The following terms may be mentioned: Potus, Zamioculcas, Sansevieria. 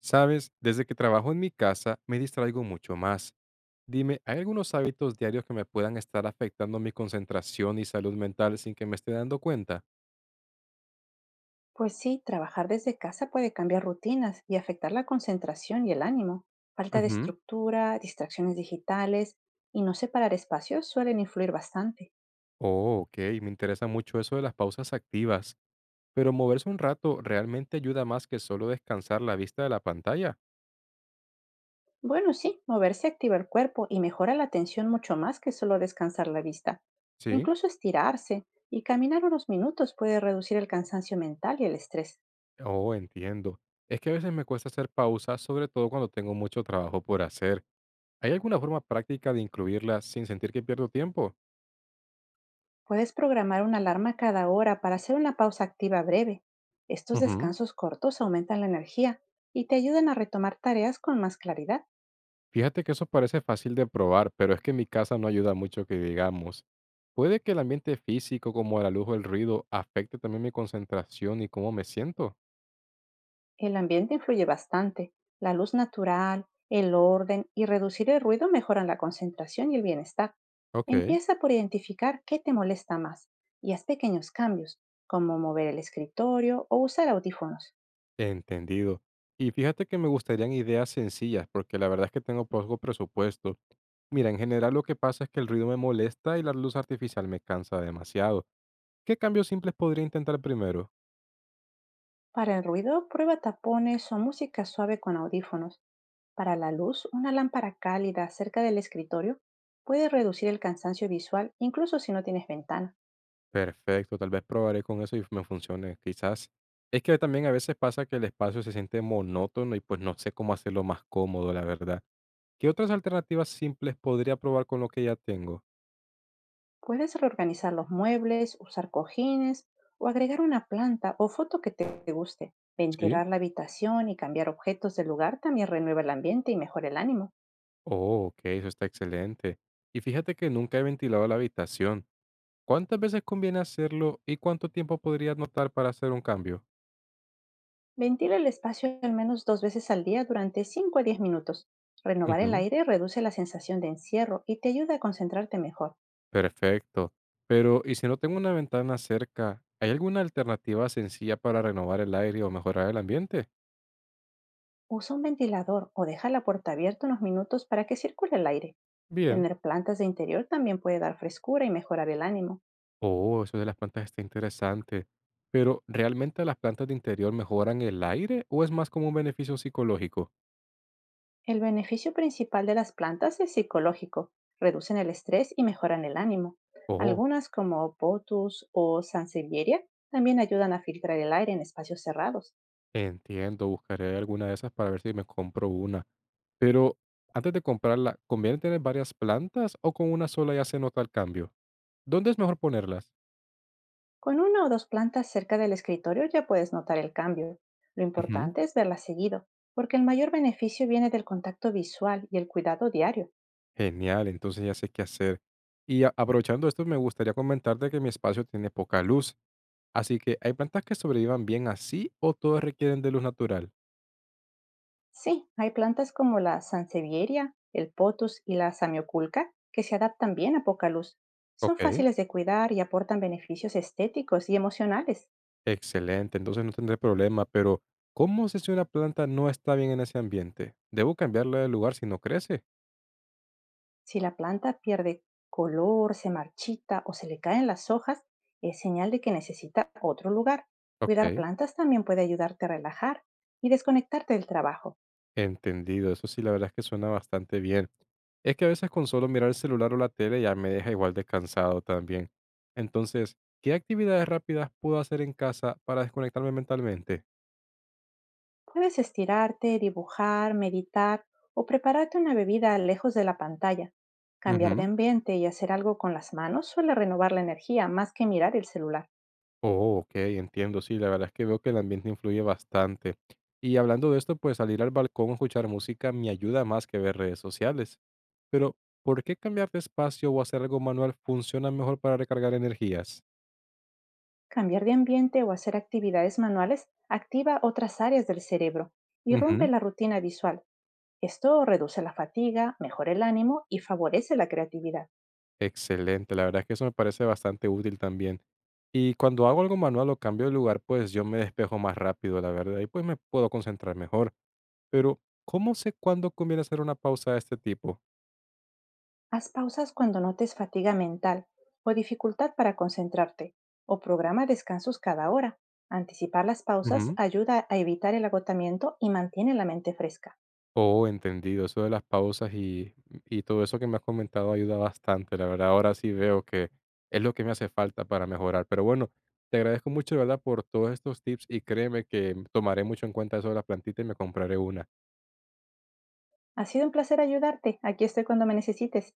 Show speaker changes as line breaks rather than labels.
Sabes, desde que trabajo en mi casa me distraigo mucho más. Dime, ¿hay algunos hábitos diarios que me puedan estar afectando mi concentración y salud mental sin que me esté dando cuenta?
Pues sí, trabajar desde casa puede cambiar rutinas y afectar la concentración y el ánimo. Falta de
Ujú.
estructura, distracciones digitales y no separar espacios suelen influir bastante.
Oh, ok, me interesa mucho eso de las pausas activas, pero moverse un rato realmente ayuda más que solo descansar la vista de la pantalla.
Bueno, sí, moverse activa el cuerpo y mejora la atención mucho más que solo descansar la vista.
Sí.
Incluso estirarse y caminar unos minutos puede reducir el cansancio mental y el estrés.
Oh, entiendo. Es que a veces me cuesta hacer pausas, sobre todo cuando tengo mucho trabajo por hacer. ¿Hay alguna forma práctica de incluirlas sin sentir que pierdo tiempo?
Puedes programar una alarma cada hora para hacer una pausa activa breve. Estos
Ujú.
descansos cortos aumentan la energía y te ayudan a retomar tareas con más claridad.
Fíjate que eso parece fácil de probar, pero es que en mi casa no ayuda mucho que digamos. ¿Puede que el ambiente físico, como la luz o el ruido, afecte también mi concentración y cómo me siento?
El ambiente influye bastante. La luz natural, el orden y reducir el ruido mejoran la concentración y el bienestar.
Ok.
Empieza por identificar qué te molesta más y haz pequeños cambios, como mover el escritorio o usar audífonos.
Entendido. Y fíjate que me gustarían ideas sencillas, porque la verdad es que tengo poco presupuesto. Mira, en general lo que pasa es que el ruido me molesta y la luz artificial me cansa demasiado. ¿Qué cambios simples podría intentar primero?
Para el ruido, prueba tapones o música suave con audífonos. Para la luz, una lámpara cálida cerca del escritorio puede reducir el cansancio visual incluso si no tienes ventana.
Perfecto, tal vez probaré con eso y me funcione, quizás. Es que también a veces pasa que el espacio se siente monótono y pues no sé cómo hacerlo más cómodo, la verdad. ¿Qué otras alternativas simples podría probar con lo que ya tengo?
Puedes reorganizar los muebles, usar cojines o agregar una planta o foto que te guste.
Sí.
Ventilar la habitación y cambiar objetos del lugar también renueva el ambiente y mejora el ánimo.
Oh, ok, eso está excelente. Y fíjate que nunca he ventilado la habitación. ¿Cuántas veces conviene hacerlo y cuánto tiempo podría notar para hacer un cambio?
Ventila el espacio al menos 2 veces al día durante 5 a 10 minutos. Renovar el
Ujú.
aire reduce la sensación de encierro y te ayuda a concentrarte mejor.
Perfecto. Pero, ¿y si no tengo una ventana cerca? ¿Hay alguna alternativa sencilla para renovar el aire o mejorar el ambiente?
Usa un ventilador o deja la puerta abierta unos minutos para que circule el aire.
Bien.
Tener plantas de interior también puede dar frescura y mejorar el ánimo.
Oh, eso de las plantas está interesante. Pero, ¿realmente las plantas de interior mejoran el aire o es más como un beneficio psicológico?
El beneficio principal de las plantas es psicológico. Reducen el estrés y mejoran el ánimo.
Oh,
Algunas como Potus o Sansevieria también ayudan a filtrar el aire en espacios cerrados.
entiendo, buscaré alguna de esas para ver si me compro una. Pero, antes de comprarla, ¿conviene tener varias plantas o con una sola ya se nota el cambio? ¿Dónde es mejor ponerlas?
Con una o dos plantas cerca del escritorio ya puedes notar el cambio. Lo
Ujú.
importante es verlas seguido, porque el mayor beneficio viene del contacto visual y el cuidado diario.
Genial, entonces ya sé qué hacer. Y aprovechando esto, me gustaría comentarte que mi espacio tiene poca luz. Así que, ¿hay plantas que sobrevivan bien así o todas requieren de luz natural?
Sí, hay plantas como la sansevieria, el potus y la samioculca que se adaptan bien a poca luz. Son
Ok.
fáciles de cuidar y aportan beneficios estéticos y emocionales.
Excelente, entonces no tendré problema, pero ¿cómo sé si una planta no está bien en ese ambiente? ¿Debo cambiarla de lugar si no crece?
Si la planta pierde color, se marchita o se le caen las hojas, es señal de que necesita otro lugar.
Ok,
Cuidar plantas también puede ayudarte a relajar y desconectarte del trabajo.
entendido, eso sí, la verdad es que suena bastante bien. Es que a veces con solo mirar el celular o la tele ya me deja igual descansado también. Entonces, ¿qué actividades rápidas puedo hacer en casa para desconectarme mentalmente?
Puedes estirarte, dibujar, meditar o prepararte una bebida lejos de la pantalla. Cambiar de
Ujú.
ambiente y hacer algo con las manos suele renovar la energía más que mirar el celular.
Oh, ok, entiendo, sí, la verdad es que veo que el ambiente influye bastante. Y hablando de esto, pues salir al balcón o escuchar música me ayuda más que ver redes sociales. Pero, ¿por qué cambiar de espacio o hacer algo manual funciona mejor para recargar energías?
Cambiar de ambiente o hacer actividades manuales activa otras áreas del cerebro y rompe
Ujú.
la rutina visual. Esto reduce la fatiga, mejora el ánimo y favorece la creatividad.
Excelente, la verdad es que eso me parece bastante útil también. Y cuando hago algo manual o cambio de lugar, pues yo me despejo más rápido, la verdad, y pues me puedo concentrar mejor. Pero, ¿cómo sé cuándo conviene hacer una pausa de este tipo?
Haz pausas cuando notes fatiga mental o dificultad para concentrarte, o programa descansos cada hora. Anticipar las pausas
Ujú.
ayuda a evitar el agotamiento y mantiene la mente fresca.
Oh, entendido. Eso de las pausas y todo eso que me has comentado ayuda bastante. La verdad, ahora sí veo que es lo que me hace falta para mejorar. Pero bueno, te agradezco mucho, de verdad, por todos estos tips y créeme que tomaré mucho en cuenta eso de la plantita y me compraré una.
Ha sido un placer ayudarte. Aquí estoy cuando me necesites.